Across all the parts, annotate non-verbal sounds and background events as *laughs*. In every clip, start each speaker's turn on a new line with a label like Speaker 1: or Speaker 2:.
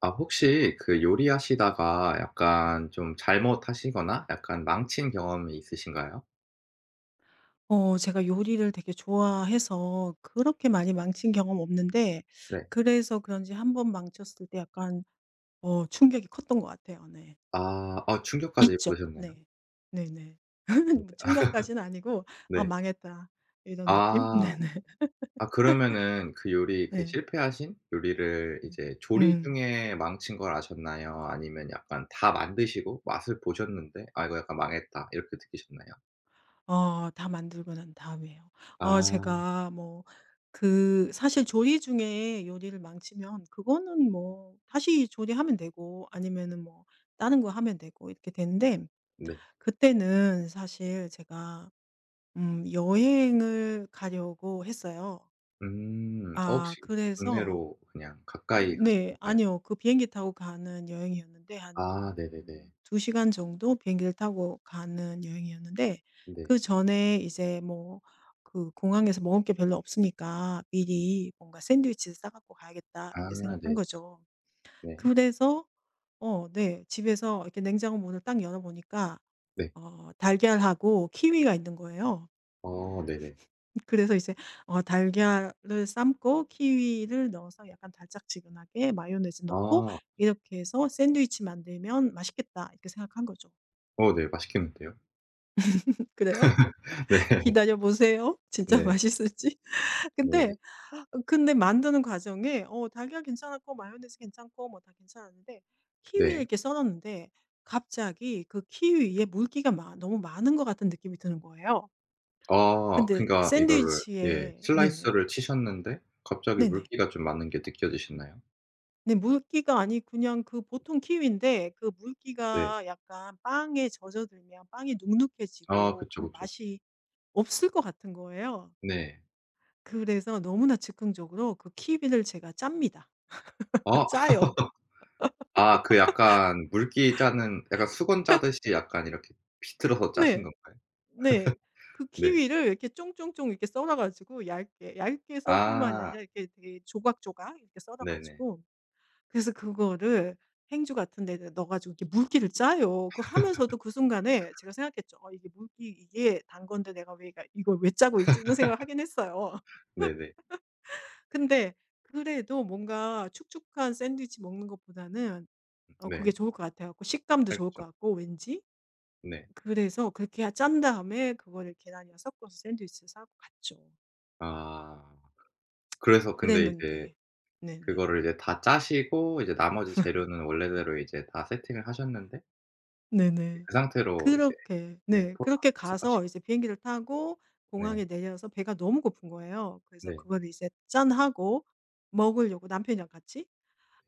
Speaker 1: 아, 혹시 그 요리하시다가 약간 좀 잘못하시거나 약간 망친 경험이 있으신가요?
Speaker 2: 제가 요리를 되게 좋아해서 그렇게 많이 망친 경험 없는데
Speaker 1: 네.
Speaker 2: 그래서 그런지 한 번 망쳤을 때 약간 충격이 컸던 것 같아요. 네.
Speaker 1: 아. 아, 충격까지
Speaker 2: 있죠.
Speaker 1: 받으셨나요?
Speaker 2: 네. 네네. *laughs*
Speaker 1: 네.
Speaker 2: 뭐 충격까지는 아니고 '아
Speaker 1: 네.
Speaker 2: 망했다.' 이런 느낌?
Speaker 1: 아.
Speaker 2: *laughs* 네네.
Speaker 1: 아, 그러면은 그 요리 그
Speaker 2: 네.
Speaker 1: 실패하신 요리를
Speaker 2: 음.
Speaker 1: 이제 조리
Speaker 2: 음.
Speaker 1: 중에 망친 걸 아셨나요? 아니면 약간 다 만드시고 맛을 보셨는데 '아, 이거 약간 망했다.' 이렇게 느끼셨나요?
Speaker 2: 다 만들고 난 다음에요. 어
Speaker 1: 아
Speaker 2: 제가 뭐 그 사실 조리 중에 요리를 망치면 그거는 뭐 다시 조리하면 되고 아니면은 뭐 다른 거 하면 되고 이렇게 되는데
Speaker 1: 네.
Speaker 2: 그때는 사실 제가 여행을 가려고 했어요.
Speaker 1: 음. 어
Speaker 2: 아
Speaker 1: 혹시
Speaker 2: 그래서
Speaker 1: 국내로 그냥 가까이 가신
Speaker 2: 네.
Speaker 1: 건가요?
Speaker 2: 아니요. 그 비행기 타고 가는 여행이었는데 한
Speaker 1: 아 네네네.
Speaker 2: 2시간 정도 비행기를 타고 가는 여행이었는데
Speaker 1: 네.
Speaker 2: 그전에 이제 뭐 그 '공항에서 먹을 게 별로 없으니까 미리 뭔가 샌드위치를 싸 갖고 가야겠다.'
Speaker 1: 아
Speaker 2: 이렇게 생각한
Speaker 1: 네.
Speaker 2: 거죠.
Speaker 1: 네.
Speaker 2: 그래서 네. 집에서 이렇게 냉장고 문을 딱 열어보니까
Speaker 1: 네.
Speaker 2: 달걀하고 키위가 있는 거예요.
Speaker 1: 어 네네.
Speaker 2: 그래서 이제 달걀을 삶고 키위를 넣어서 약간 달짝지근하게 마요네즈 넣고
Speaker 1: 아.
Speaker 2: '이렇게 해서 샌드위치 만들면 맛있겠다.' 이렇게 생각한 거죠.
Speaker 1: 어 네. 맛있겠는데요.
Speaker 2: *laughs* 그래요?
Speaker 1: *laughs* 네.
Speaker 2: 기다려 보세요. 진짜
Speaker 1: 네.
Speaker 2: 맛있을지. *laughs* 근데
Speaker 1: 네.
Speaker 2: 근데 만드는 과정에 달걀 괜찮았고 마요네즈 괜찮고 뭐 다 괜찮았는데 키위를
Speaker 1: 네.
Speaker 2: 이렇게 썰었는데 갑자기 그 키위 에 물기가 마 너무 많은 것 같은 느낌이 드는 거예요.
Speaker 1: 아
Speaker 2: 근데
Speaker 1: 그러니까 이거를 예
Speaker 2: 샌드위치에 네네.
Speaker 1: 슬라이스를 치셨는데 갑자기
Speaker 2: 네네.
Speaker 1: 물기가 좀 많은 게 느껴지셨나요?
Speaker 2: 네 물기가 아니 그냥 그 보통 키위인데 그
Speaker 1: 네.
Speaker 2: 물기가 약간 빵에 젖어들면 빵이
Speaker 1: 아
Speaker 2: 눅눅해지고
Speaker 1: 그쵸,
Speaker 2: 그
Speaker 1: 그쵸.
Speaker 2: 맛이 없을 것 같은 거예요.
Speaker 1: 네.
Speaker 2: 그래서 너무나 즉흥적으로 그 키위를 제가 짭니다. *laughs*
Speaker 1: 아.
Speaker 2: 짜요.
Speaker 1: *laughs* 아 그 약간 물기 짜는 약간 수건 짜듯이 약간 이렇게 비틀어서 짜신
Speaker 2: 네.
Speaker 1: 건가요?
Speaker 2: 네. 그
Speaker 1: 네.
Speaker 2: 키위를 이렇게 쫑쫑쫑 이렇게 썰어 가지고 얇게 얇게 썰 뿐만이
Speaker 1: 아
Speaker 2: 아니라 이렇게 되게 조각조각 이렇게 썰어
Speaker 1: 네네.
Speaker 2: 가지고 그래서 그거를 행주 같은 데 넣어 가지고 이렇게 물기를 짜요. 그거 하면서도 그 순간에 제가 생각했죠. 이게 물기 이게 단 건데 내가 왜이 이걸 왜 짜고 있지?' 이런 생각을 하긴 했어요.
Speaker 1: 네네.
Speaker 2: *laughs* 근데 그래도 뭔가 축축한 샌드위치 먹는 것보다는 그게
Speaker 1: 네.
Speaker 2: 좋을 것 같아 요고 식감도 좋을 것
Speaker 1: 알겠죠.
Speaker 2: 같고 왠지.
Speaker 1: 네.
Speaker 2: 그래서 그렇게 짠 다음에 그거를 계란이랑 섞어서 샌드위치를 싸고 갔죠.
Speaker 1: 아 그래서 근데 이제
Speaker 2: 그랬는데 네네.
Speaker 1: 그거를 이제 다 짜시고 이제 나머지 재료는 원래대로 이제 다 세팅을 하셨는데
Speaker 2: 네네.
Speaker 1: 그 상태로 이제
Speaker 2: 그렇게
Speaker 1: 네
Speaker 2: 네.
Speaker 1: 포함
Speaker 2: 그렇게
Speaker 1: 시작하신
Speaker 2: 가서
Speaker 1: 거.
Speaker 2: 이제 비행기를 타고
Speaker 1: 네.
Speaker 2: 공항에 내려서 배가 너무 고픈 거예요. 그래서
Speaker 1: 네.
Speaker 2: 그걸 이제 짠하고 먹으려고 남편이랑 같이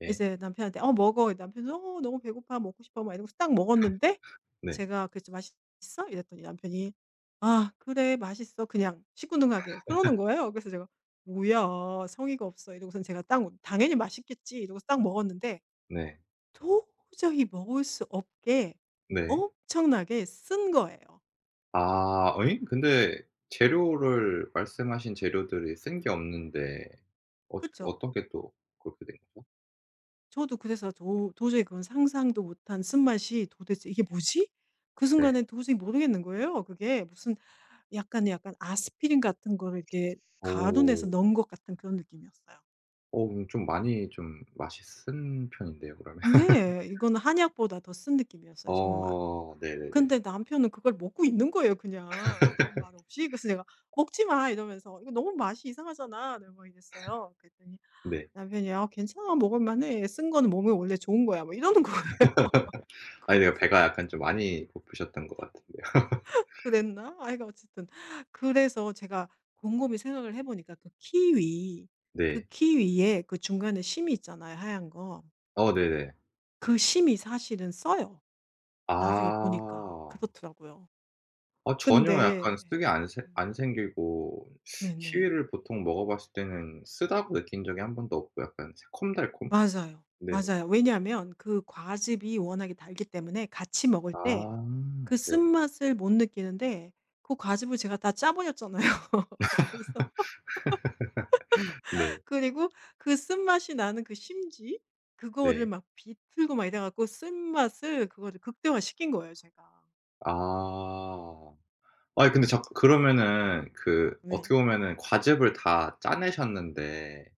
Speaker 1: 예.
Speaker 2: 이제 남편한테 먹어." 남편이 너무 배고파. 먹고 싶어." 막 이러고 딱 먹었는데
Speaker 1: 네.
Speaker 2: 제가 그랬죠. "맛있어?" 이랬더니 남편이 "아 그래. 맛있어." 그냥 시큰둥하게 그러는 거예요. 그래서 제가 "뭐야. 성의가 없어." 이러고선 제가 딱 당연히 맛있겠지 이러고 딱 먹었는데
Speaker 1: 네.
Speaker 2: 도저히 먹을 수 없게
Speaker 1: 네.
Speaker 2: 엄청나게 쓴 거예요.
Speaker 1: 아 어잉? 근데 재료를 말씀하신 재료들이 쓴 게 없는데 어떻게
Speaker 2: 그쵸?
Speaker 1: 어떻게 또 그렇게 된 거죠?
Speaker 2: 저도 그래서 도 도저히 그건 상상도 못한 쓴맛이 '도대체 이게 뭐지?' 그
Speaker 1: 네.
Speaker 2: 순간에 도저히 모르겠는 거예요 그게. 무슨 약간 아스피린 같은 거를 이렇게 가루
Speaker 1: 어.
Speaker 2: 내서 넣은 것 같은 그런 느낌이었어요.
Speaker 1: 어 그럼 좀 많이 좀 맛이 쓴 편인데요 그러면? *laughs*
Speaker 2: 네. 이거는 한약보다 더 쓴 느낌이었어요 정말.
Speaker 1: 어 네네네. 네.
Speaker 2: 근데 남편은 그걸 먹고 있는 거예요 그냥 아무 말 없이. 그래서 제가 "먹지 마." 이러면서 "이거 너무 맛이 이상하잖아." 내가 막 이랬어요. 그랬더니
Speaker 1: 네. 네.
Speaker 2: 남편이 "아 괜찮아. 먹을 만해. 쓴 거는 몸에 원래 좋은 거야." 뭐 이러는 거예요. *laughs*
Speaker 1: *laughs* 아니, 내가
Speaker 2: 그래서
Speaker 1: 배가 약간 좀 많이 고프셨던 것 같은데요.
Speaker 2: '그랬나?' 아이가 어쨌든 그래서 제가 곰곰이 생각을 해 보니까 그 키위 그
Speaker 1: 네.
Speaker 2: 키위에 그 중간에 심이 있잖아요, 하얀 거.
Speaker 1: 어 네네.
Speaker 2: 그 심이 사실은 써요. 나중에 보니까.
Speaker 1: 아.
Speaker 2: 그렇더라고요.
Speaker 1: 아 전혀 약간
Speaker 2: 근데
Speaker 1: 쓰게 안 새
Speaker 2: 음
Speaker 1: 안 생기고
Speaker 2: 네네.
Speaker 1: 키위를 보통 먹어 봤을 때는 쓰다고 느낀 적이 한 번도 없고 약간 새콤달콤?
Speaker 2: 맞아요.
Speaker 1: 네.
Speaker 2: 맞아요. 왜냐하면 그 과즙이 워낙에 달기 때문에 같이 먹을
Speaker 1: 아
Speaker 2: 때 그
Speaker 1: 네.
Speaker 2: 쓴맛을 못 느끼는데 그 과즙을 제가 다 짜 버렸잖아요. *laughs* 그래서
Speaker 1: 네.
Speaker 2: 그리고 그 쓴맛이 나는 그 심지 그거를
Speaker 1: 네.
Speaker 2: 막 비틀고 막 이래 갖고 쓴맛을 그거를 극대화시킨 거예요 제가.
Speaker 1: 아. 아니 근데 자
Speaker 2: 음.
Speaker 1: 그러면은 그
Speaker 2: 네.
Speaker 1: 어떻게 보면은 과즙을 다 짜내셨는데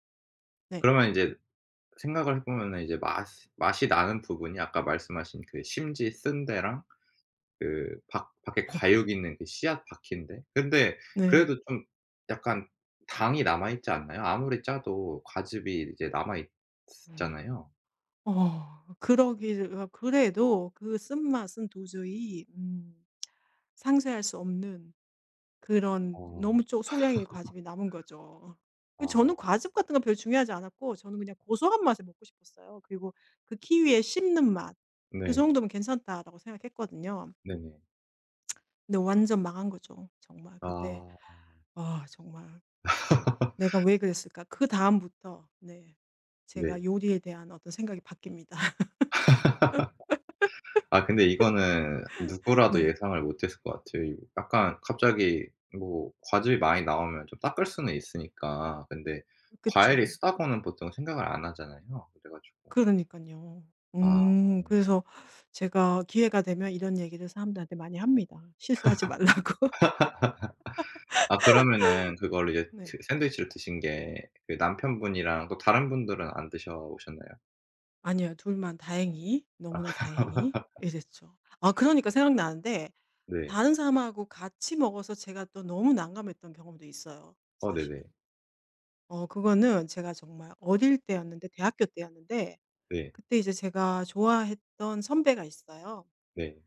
Speaker 2: 네.
Speaker 1: 그러면 이제 생각을 해 보면은 이제 맛이 맛이 나는 부분이 아까 말씀하신 그 심지 쓴 데랑 그 밖 밖에 과육 있는 그 씨앗 바퀴인데 근데
Speaker 2: 네.
Speaker 1: 그래도 좀 약간 당이 남아 있지 않나요? 아무리 짜도 과즙이 이제 남아 있잖아요.
Speaker 2: 음. 어. 그러기 그래도 그 쓴맛은 도저히 상쇄할 수 없는 그런
Speaker 1: 어.
Speaker 2: 너무 쪽 소량의 과즙이 남은 거죠. 그
Speaker 1: 아.
Speaker 2: 저는 과즙 같은 건 별로 중요하지 않았고 저는 그냥 고소한 맛에 먹고 싶었어요. 그리고 그 키위의 씹는 맛 '그
Speaker 1: 네.
Speaker 2: 정도면 괜찮다.'라고 생각했거든요.
Speaker 1: 네네.
Speaker 2: 근데 완전 망한 거죠. 정말 그때
Speaker 1: 아.
Speaker 2: 아 정말 '내가
Speaker 1: *laughs*
Speaker 2: 왜 그랬을까?' 그다음부터 네
Speaker 1: 네.
Speaker 2: 제가 요리에 대한 어떤 생각이 바뀝니다. *laughs*
Speaker 1: 아, 근데 이거는 누구라도
Speaker 2: 네.
Speaker 1: 예상을 못했을 것 같아요. 이 약간 갑자기 뭐 과즙이 많이 나오면 좀 닦을 수는 있으니까. 근데 과일이
Speaker 2: 그쵸.
Speaker 1: 쓰다고는 보통 생각을 안 하잖아요. 그래 가지고.
Speaker 2: 그러니까요
Speaker 1: 아.
Speaker 2: 그래서 제가 기회가 되면 이런 얘기를 사람들한테 많이 합니다. 실수하지 말라고. *laughs*
Speaker 1: 아 그러면은 그걸로 이제
Speaker 2: 네.
Speaker 1: 드 샌드위치를 드신 게 그 남편분이랑 또 다른 분들은 안 드셔 보셨나요?
Speaker 2: 아니요. 둘만 다행히
Speaker 1: 아
Speaker 2: 너무나 다행히
Speaker 1: *laughs*
Speaker 2: 이랬죠. 아 그러니까 생각나는데
Speaker 1: 네.
Speaker 2: 다른 사람하고 같이 먹어서 제가 또 너무 난감했던 경험도 있어요
Speaker 1: 어 네네.
Speaker 2: 사실은. 그거는 제가 정말 어릴 때였는데 대학교 때였는데
Speaker 1: 네.
Speaker 2: 그때 이제 제가 좋아했던 선배가 있어요.
Speaker 1: 네.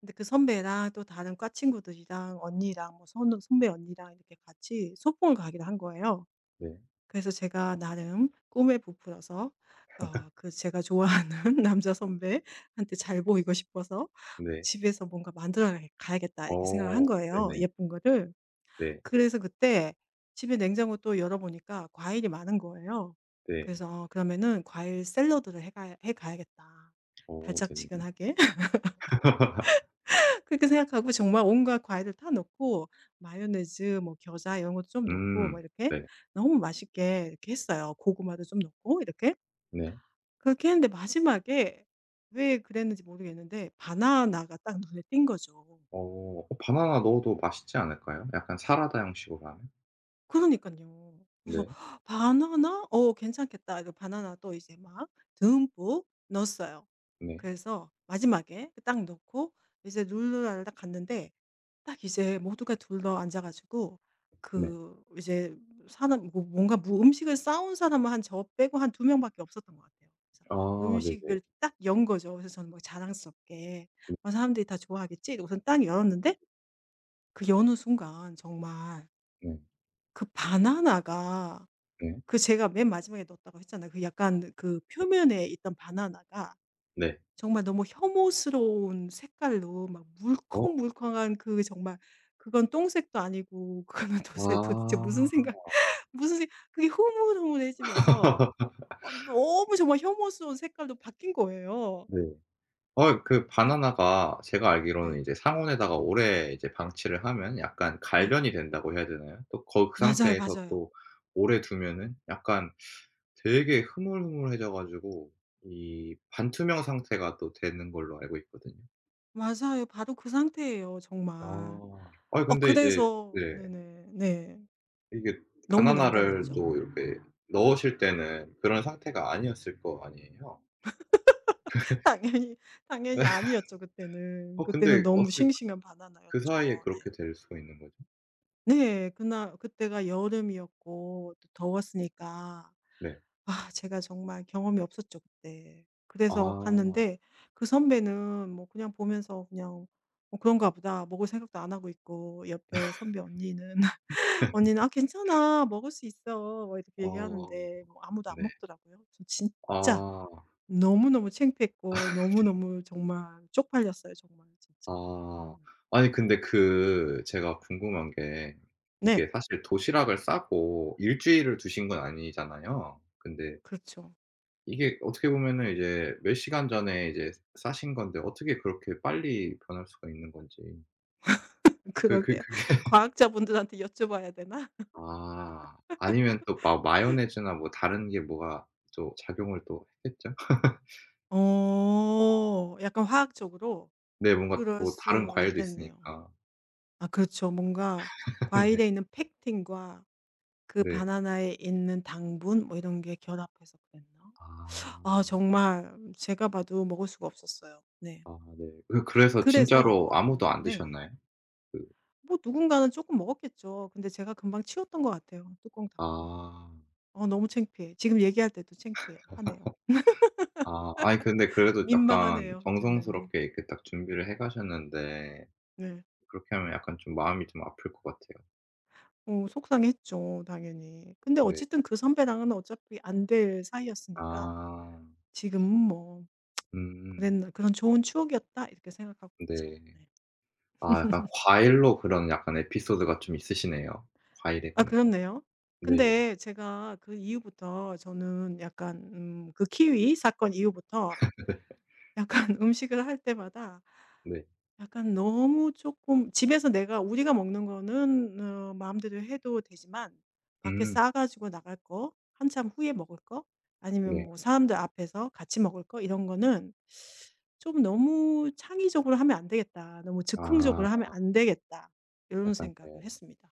Speaker 2: 근데 그 선배랑 또 다른 과 친구들이랑 언니랑 뭐 선 선배 언니랑 이렇게 같이 소풍을 가기로 한 거예요.
Speaker 1: 네.
Speaker 2: 그래서 제가 나름 꿈에 부풀어서 그 제가 좋아하는 *laughs* 남자 선배한테 잘 보이고 싶어서
Speaker 1: 네.
Speaker 2: '집에서 뭔가 만들어 가야겠다 이렇게 생각을 한
Speaker 1: 어
Speaker 2: 거예요,
Speaker 1: 네네.
Speaker 2: 예쁜 거를.
Speaker 1: 네.
Speaker 2: 그래서 그때 집에 냉장고 또 열어보니까 과일이 많은 거예요.
Speaker 1: 네.
Speaker 2: 그래서 '그러면은 과일 샐러드를 해가 해 가야겠다,
Speaker 1: 어 네네네.
Speaker 2: 달짝지근하게.'
Speaker 1: *laughs*
Speaker 2: 그렇게 생각하고 정말 온갖 과일을 다 넣고 마요네즈 뭐 겨자 이런 것도 좀 넣고 뭐
Speaker 1: 음.
Speaker 2: 이렇게
Speaker 1: 네.
Speaker 2: 너무 맛있게 이렇게 했어요. 고구마도 좀 넣고 이렇게.
Speaker 1: 네.
Speaker 2: 그렇게 했는데 마지막에 왜 그랬는지 모르겠는데 바나나가 딱 눈에 띈 거죠.
Speaker 1: 어. 어 바나나 넣어도 맛있지 않을까요? 약간 사라다 형식으로 하면?
Speaker 2: 그러니까요 그래서
Speaker 1: 네.
Speaker 2: "헉, '바나나? 어 괜찮겠다.' 이 바나나 또 이제 막 듬뿍 넣었어요.
Speaker 1: 네.
Speaker 2: 그래서 마지막에 딱 넣고 이제 룰루랄라 갔는데 딱 이제 모두가 둘러앉아 가지고
Speaker 1: 네.
Speaker 2: 그 이제 사람 뭐 뭔가 무 음식을 싸온 사람은 한 저 빼고 한 두 명밖에 없었던 것 같아요. 그래서
Speaker 1: 아 네네.
Speaker 2: 음식을 딱 연 거죠. 그래서 저는 막 자랑스럽게 '아 사람들이 다 좋아하겠지.' 우선 땅선딱 열었는데 그 여는 순간 정말
Speaker 1: 네.
Speaker 2: 그 바나나가
Speaker 1: 네.
Speaker 2: 그 제가 맨 마지막에 넣었다고 했잖아요. 그 약간 그 표면에 있던 바나나가
Speaker 1: 네.
Speaker 2: 정말 너무 혐오스러운 색깔로 막
Speaker 1: 어.
Speaker 2: 물컹물컹한 그 정말 그건 똥색도 아니고 *laughs* 그거는 도대체 무슨
Speaker 1: 아.
Speaker 2: 생각 *laughs* 무슨 생 그게 흐물흐물해지면서
Speaker 1: *laughs*
Speaker 2: 너무 정말 혐오스러운 색깔로 바뀐 거예요.
Speaker 1: 네. 어 그
Speaker 2: 그
Speaker 1: 바나나가 제가 알기로는
Speaker 2: 네.
Speaker 1: 이제 상온에다가 오래 이제 방치를 하면 약간
Speaker 2: 네.
Speaker 1: 갈변이 된다고 해야 되나요? 또 거 그
Speaker 2: 맞아요,
Speaker 1: 상태에서
Speaker 2: 맞아요.
Speaker 1: 또 오래 두면은 약간 되게 흐물흐물해져 가지고 이 반투명 상태가 또 되는 걸로 알고 있거든요.
Speaker 2: 맞아요. 바로 그 상태예요 정말.
Speaker 1: 아. 아이 근데 이제
Speaker 2: 그래서
Speaker 1: 네
Speaker 2: 네네. 네.
Speaker 1: 이게
Speaker 2: 너무
Speaker 1: 바나나를
Speaker 2: 난감했죠.
Speaker 1: 또 이렇게 넣으실 때는 그런 상태가 아니었을 거 아니에요?
Speaker 2: *laughs* 당연히,
Speaker 1: *laughs*
Speaker 2: 당연히
Speaker 1: 예.
Speaker 2: 아니었죠 그때는.
Speaker 1: 어
Speaker 2: 그때는
Speaker 1: 근데
Speaker 2: 너무
Speaker 1: 어떻게
Speaker 2: 싱싱한
Speaker 1: 그 사이에
Speaker 2: 바나나였죠. 네.
Speaker 1: 그렇게 될 수가 있는 거죠?
Speaker 2: 네. 그날 그때가 여름이었고 또 더웠으니까
Speaker 1: 네.
Speaker 2: 아 제가 정말 경험이 없었죠 그때. 그래서
Speaker 1: 아.
Speaker 2: 갔는데 그 선배는 뭐 그냥 보면서 그냥 뭐 그런가 보다.' 먹을 생각도 안 하고 있고 옆에 선배 언니는 *laughs* 언니는 "아 괜찮아. 먹을 수 있어." 뭐 이렇게
Speaker 1: 어.
Speaker 2: 얘기하는데 뭐 아무도 안
Speaker 1: 네.
Speaker 2: 먹더라고요. 저 진짜
Speaker 1: 아.
Speaker 2: 너무너무 창피했고 너무너무 정말 쪽팔렸어요 정말 진짜.
Speaker 1: 아.
Speaker 2: 음.
Speaker 1: 아니 근데 그 제가 궁금한 게
Speaker 2: 네.
Speaker 1: 이게 사실 도시락을 싸고 일주일을 두신 건 아니잖아요. 근데
Speaker 2: 그렇죠.
Speaker 1: 이게 어떻게 보면은 이제 몇 시간 전에 이제 싸신 건데 어떻게 그렇게 빨리 변할 수가 있는 건지. 그 그
Speaker 2: 그러게요.
Speaker 1: 그게 *laughs*
Speaker 2: 과학자분들한테 여쭤봐야 되나?
Speaker 1: 아. 아니면 또 마 마요네즈나 뭐 다른 게 뭐가 또 작용을 또 했겠죠?
Speaker 2: 약간 화학적으로?
Speaker 1: 네. 뭔가
Speaker 2: 그럴
Speaker 1: 뭐 다른
Speaker 2: 수
Speaker 1: 과일도
Speaker 2: 있겠네요.
Speaker 1: 있으니까.
Speaker 2: 아 그렇죠. 뭔가
Speaker 1: *laughs* 네.
Speaker 2: 과일에 있는 펙틴과 그
Speaker 1: 네.
Speaker 2: 바나나에 있는 당분 뭐 이런 게 결합해서 그랬나? 아
Speaker 1: 아.
Speaker 2: 정말 제가 봐도 먹을 수가 없었어요. 네.
Speaker 1: 아 네. 그, 그래서 진짜로
Speaker 2: 그래서
Speaker 1: 아무도
Speaker 2: 네
Speaker 1: 안
Speaker 2: 네네.
Speaker 1: 드셨나요? 그
Speaker 2: 뭐 누군가는 조금 먹었겠죠. 근데 제가 금방 치웠던 것 같아요, 뚜껑 닫고.
Speaker 1: 아.
Speaker 2: 어 너무 창피해. 지금 얘기할 때도 창피해 하네요.
Speaker 1: 아 아이 근데 그래도 약간
Speaker 2: 민망하네요. 네네네. 네.
Speaker 1: 정성스럽게 이렇게 딱 준비를 해 가셨는데
Speaker 2: 네. 네.
Speaker 1: 그렇게 하면 약간 좀 마음이 좀 아플 것 같아요.
Speaker 2: 속상했죠 당연히. 근데
Speaker 1: 네.
Speaker 2: 어쨌든 그 선배랑은 어차피 안 될 사이였으니까
Speaker 1: 아.
Speaker 2: 지금은 뭐
Speaker 1: 음.
Speaker 2: '그랬나 그런 좋은 추억이었다.' 이렇게 생각하고 있죠.
Speaker 1: 네.
Speaker 2: 네.
Speaker 1: 아 약간 과일로 그런 약간 에피소드가 좀 있으시네요, 과일에
Speaker 2: 아
Speaker 1: 관해서.
Speaker 2: 그렇네요.
Speaker 1: 네.
Speaker 2: 근데 제가 그 이후부터 저는 약간 그 키위 사건 이후부터 약간 *laughs* 음식을 할 때마다
Speaker 1: 네.
Speaker 2: 약간 너무 조금 집에서 내가 우리가 먹는 거는 마음대로 해도 되지만 밖에
Speaker 1: 음.
Speaker 2: 싸 가지고 나갈 거, 한참 후에 먹을 거, 아니면
Speaker 1: 네.
Speaker 2: 뭐 사람들 앞에서 같이 먹을 거 이런 거는 좀 '너무 창의적으로 하면 안 되겠다. 너무 즉흥적으로
Speaker 1: 아
Speaker 2: 하면 안 되겠다.' 이런
Speaker 1: 약간
Speaker 2: 생각을
Speaker 1: 네.
Speaker 2: 했습니다.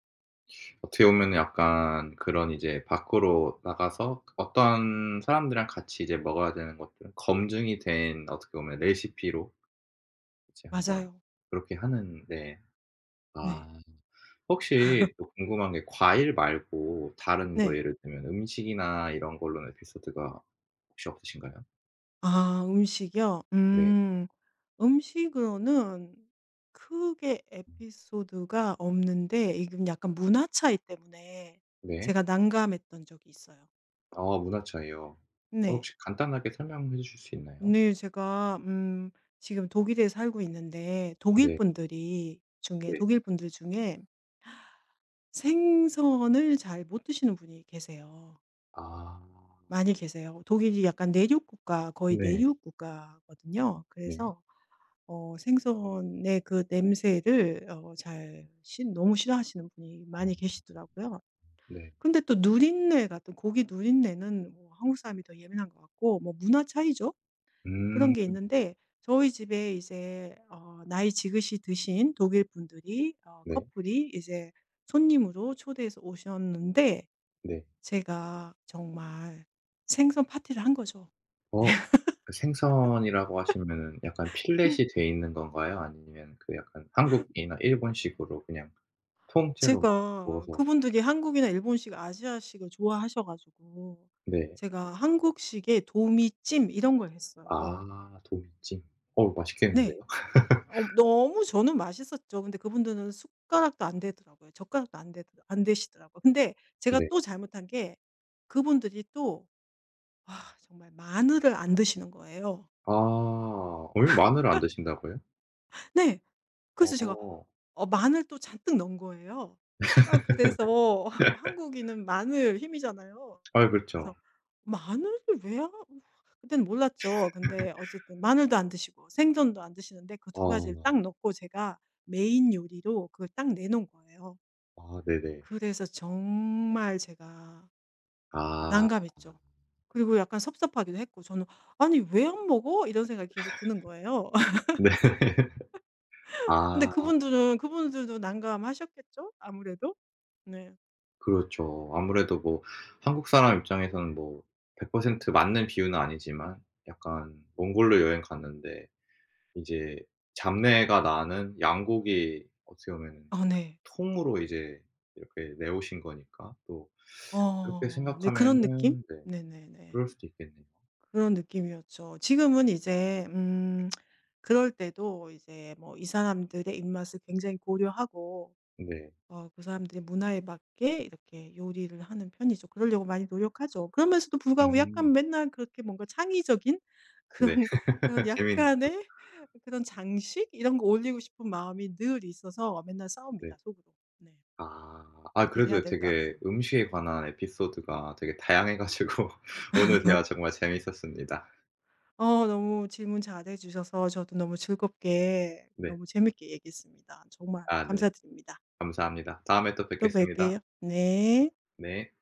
Speaker 1: 어떻게 보면은 약간 그런 이제 밖으로 나가서 어떤 사람들이랑 같이 이제 먹어야 되는 것들은 검증이 된 어떻게 보면 레시피로 이제 한번
Speaker 2: 맞아요.
Speaker 1: 그렇게 하는 네.
Speaker 2: 네.
Speaker 1: 아 혹시 또 궁금한 게 과일 말고 다른 뭐
Speaker 2: 네.
Speaker 1: 예를 들면 음식이나 이런 걸로는 에피소드가 혹시 없으신가요?
Speaker 2: 아 음식이요?
Speaker 1: 네.
Speaker 2: 음. 음식으로는 크게
Speaker 1: 음
Speaker 2: 에피소드가 없는데 이건 약간 문화 차이 때문에
Speaker 1: 네.
Speaker 2: 제가 난감했던 적이 있어요.
Speaker 1: 아 문화 차이요. 어
Speaker 2: 네.
Speaker 1: 혹시 간단하게 설명해 주실 수 있나요?
Speaker 2: 네 제가 지금 독일에 살고 있는데
Speaker 1: 네. 네.
Speaker 2: 독일 분들 중에 생선을 잘 못 드시는 분이 계세요.
Speaker 1: 아.
Speaker 2: 많이 계세요. 독일이 약간 내륙 국가 거의
Speaker 1: 네.
Speaker 2: 내륙 국가거든요.
Speaker 1: 네.
Speaker 2: 그래서 생선의 그 냄새를 너무 싫어하시는 분이 많이
Speaker 1: 어
Speaker 2: 계시더라고요.
Speaker 1: 네.
Speaker 2: 근데 또 누린내 같은 고기 누린내는 뭐 한국 사람이 더 예민한 것 같고 뭐 문화 차이죠. 그런
Speaker 1: 음.
Speaker 2: 게 있는데 저희 집에 이제 나이 지긋이 드신 독일 분들이
Speaker 1: 네.
Speaker 2: 커플이 이제 손님으로 초대해서 오셨는데
Speaker 1: 네.
Speaker 2: 제가 정말 생선 파티를 한 거죠.
Speaker 1: 어 그 생선이라고 하시면은 약간 필렛이 돼 있는 건가요? 아니면 그 약간 한국이나 일본식으로 그냥 통째로 막
Speaker 2: 제가
Speaker 1: 구워서.
Speaker 2: 그분들이 한국이나 일본식, 아시아식을 좋아하셔 가지고
Speaker 1: 네.
Speaker 2: 제가 한국식의 도미찜 이런 걸 했어요.
Speaker 1: 아 도미찜. 어우 맛있겠는데요?
Speaker 2: 네. 너무 저는 맛있었죠. 근데 그분들은 숟가락도 안 되더라고요. 젓가락도 안 되시더라고요. 근데 제가
Speaker 1: 네.
Speaker 2: 또 잘못한 게 그분들이 또 아 정말 마늘을 안 드시는 거예요.
Speaker 1: 아 어 이 마늘을 안 드신다고요?
Speaker 2: 네. 그래서 제가
Speaker 1: 어.
Speaker 2: 마늘 또 잔뜩 넣은 거예요. 아 그래서 *laughs*
Speaker 1: *laughs*
Speaker 2: 한국인은 마늘 힘이잖아요.
Speaker 1: 아 그렇죠.
Speaker 2: 그래서 마늘을 왜 하 그때는 몰랐죠. 근데 어쨌든 마늘도 안 드시고 생선도 안 드시는데 그 두 가지를 딱
Speaker 1: 어.
Speaker 2: 넣고 제가 메인 요리로 그걸 딱 내놓은 거예요.
Speaker 1: 아 네네.
Speaker 2: 그래서 정말 제가
Speaker 1: 아.
Speaker 2: 난감했죠. 그리고 약간 섭섭하기도 했고 저는 '아니 왜 안 먹어?' 이런 생각이 계속 드는 거예요.
Speaker 1: *laughs* 네.
Speaker 2: 근데
Speaker 1: 아.
Speaker 2: 그분들은 그분들도 난감하셨겠죠? 아무래도? 네.
Speaker 1: 그렇죠. 아무래도 뭐 한국 사람 입장에서는 뭐 100% 맞는 비유는 아니지만 약간 몽골로 여행 갔는데 이제 잡내가 나는 양고기 어떻게 보면은
Speaker 2: 어 네.
Speaker 1: 통으로 이제 이렇게 내오신 거니까 또 그렇게
Speaker 2: 어네 그런 느낌?
Speaker 1: 생각하면은 네
Speaker 2: 네네네.
Speaker 1: 그럴 수도 있겠네요.
Speaker 2: 그런 느낌이었죠. 지금은 이제 그럴 때도 이제 뭐 이 사람들의 입맛을 굉장히 고려하고
Speaker 1: 네.
Speaker 2: 그 사람들의 문화에 맞게 이렇게 요리를 하는 편이죠. 그러려고 많이 노력하죠. 그러면서도 불구하고
Speaker 1: 음.
Speaker 2: 약간 맨날 그렇게 뭔가 창의적인 그런
Speaker 1: 네.
Speaker 2: *laughs* 그런
Speaker 1: *laughs* 재밌는
Speaker 2: 약간의 그런 장식 이런 거 올리고 싶은 마음이 늘 있어서 맨날
Speaker 1: 네.
Speaker 2: 싸웁니다, 속으로. 네.
Speaker 1: 아. 아
Speaker 2: '어떻게 해야
Speaker 1: 그래도
Speaker 2: 될까?' 막이
Speaker 1: 되게 음식에 관한 에피소드가 되게 다양해 가지고 *laughs* 오늘 대화 정말 재미있었습니다.
Speaker 2: 어 너무 질문 잘해 주셔서 저도 너무 즐겁게
Speaker 1: 네.
Speaker 2: 너무 재밌게 얘기했습니다. 정말
Speaker 1: 아 네.
Speaker 2: 감사드립니다.
Speaker 1: 감사합니다. 다음에 또
Speaker 2: 또
Speaker 1: 뵙겠습니다.
Speaker 2: 뵐게요. 네.
Speaker 1: 네.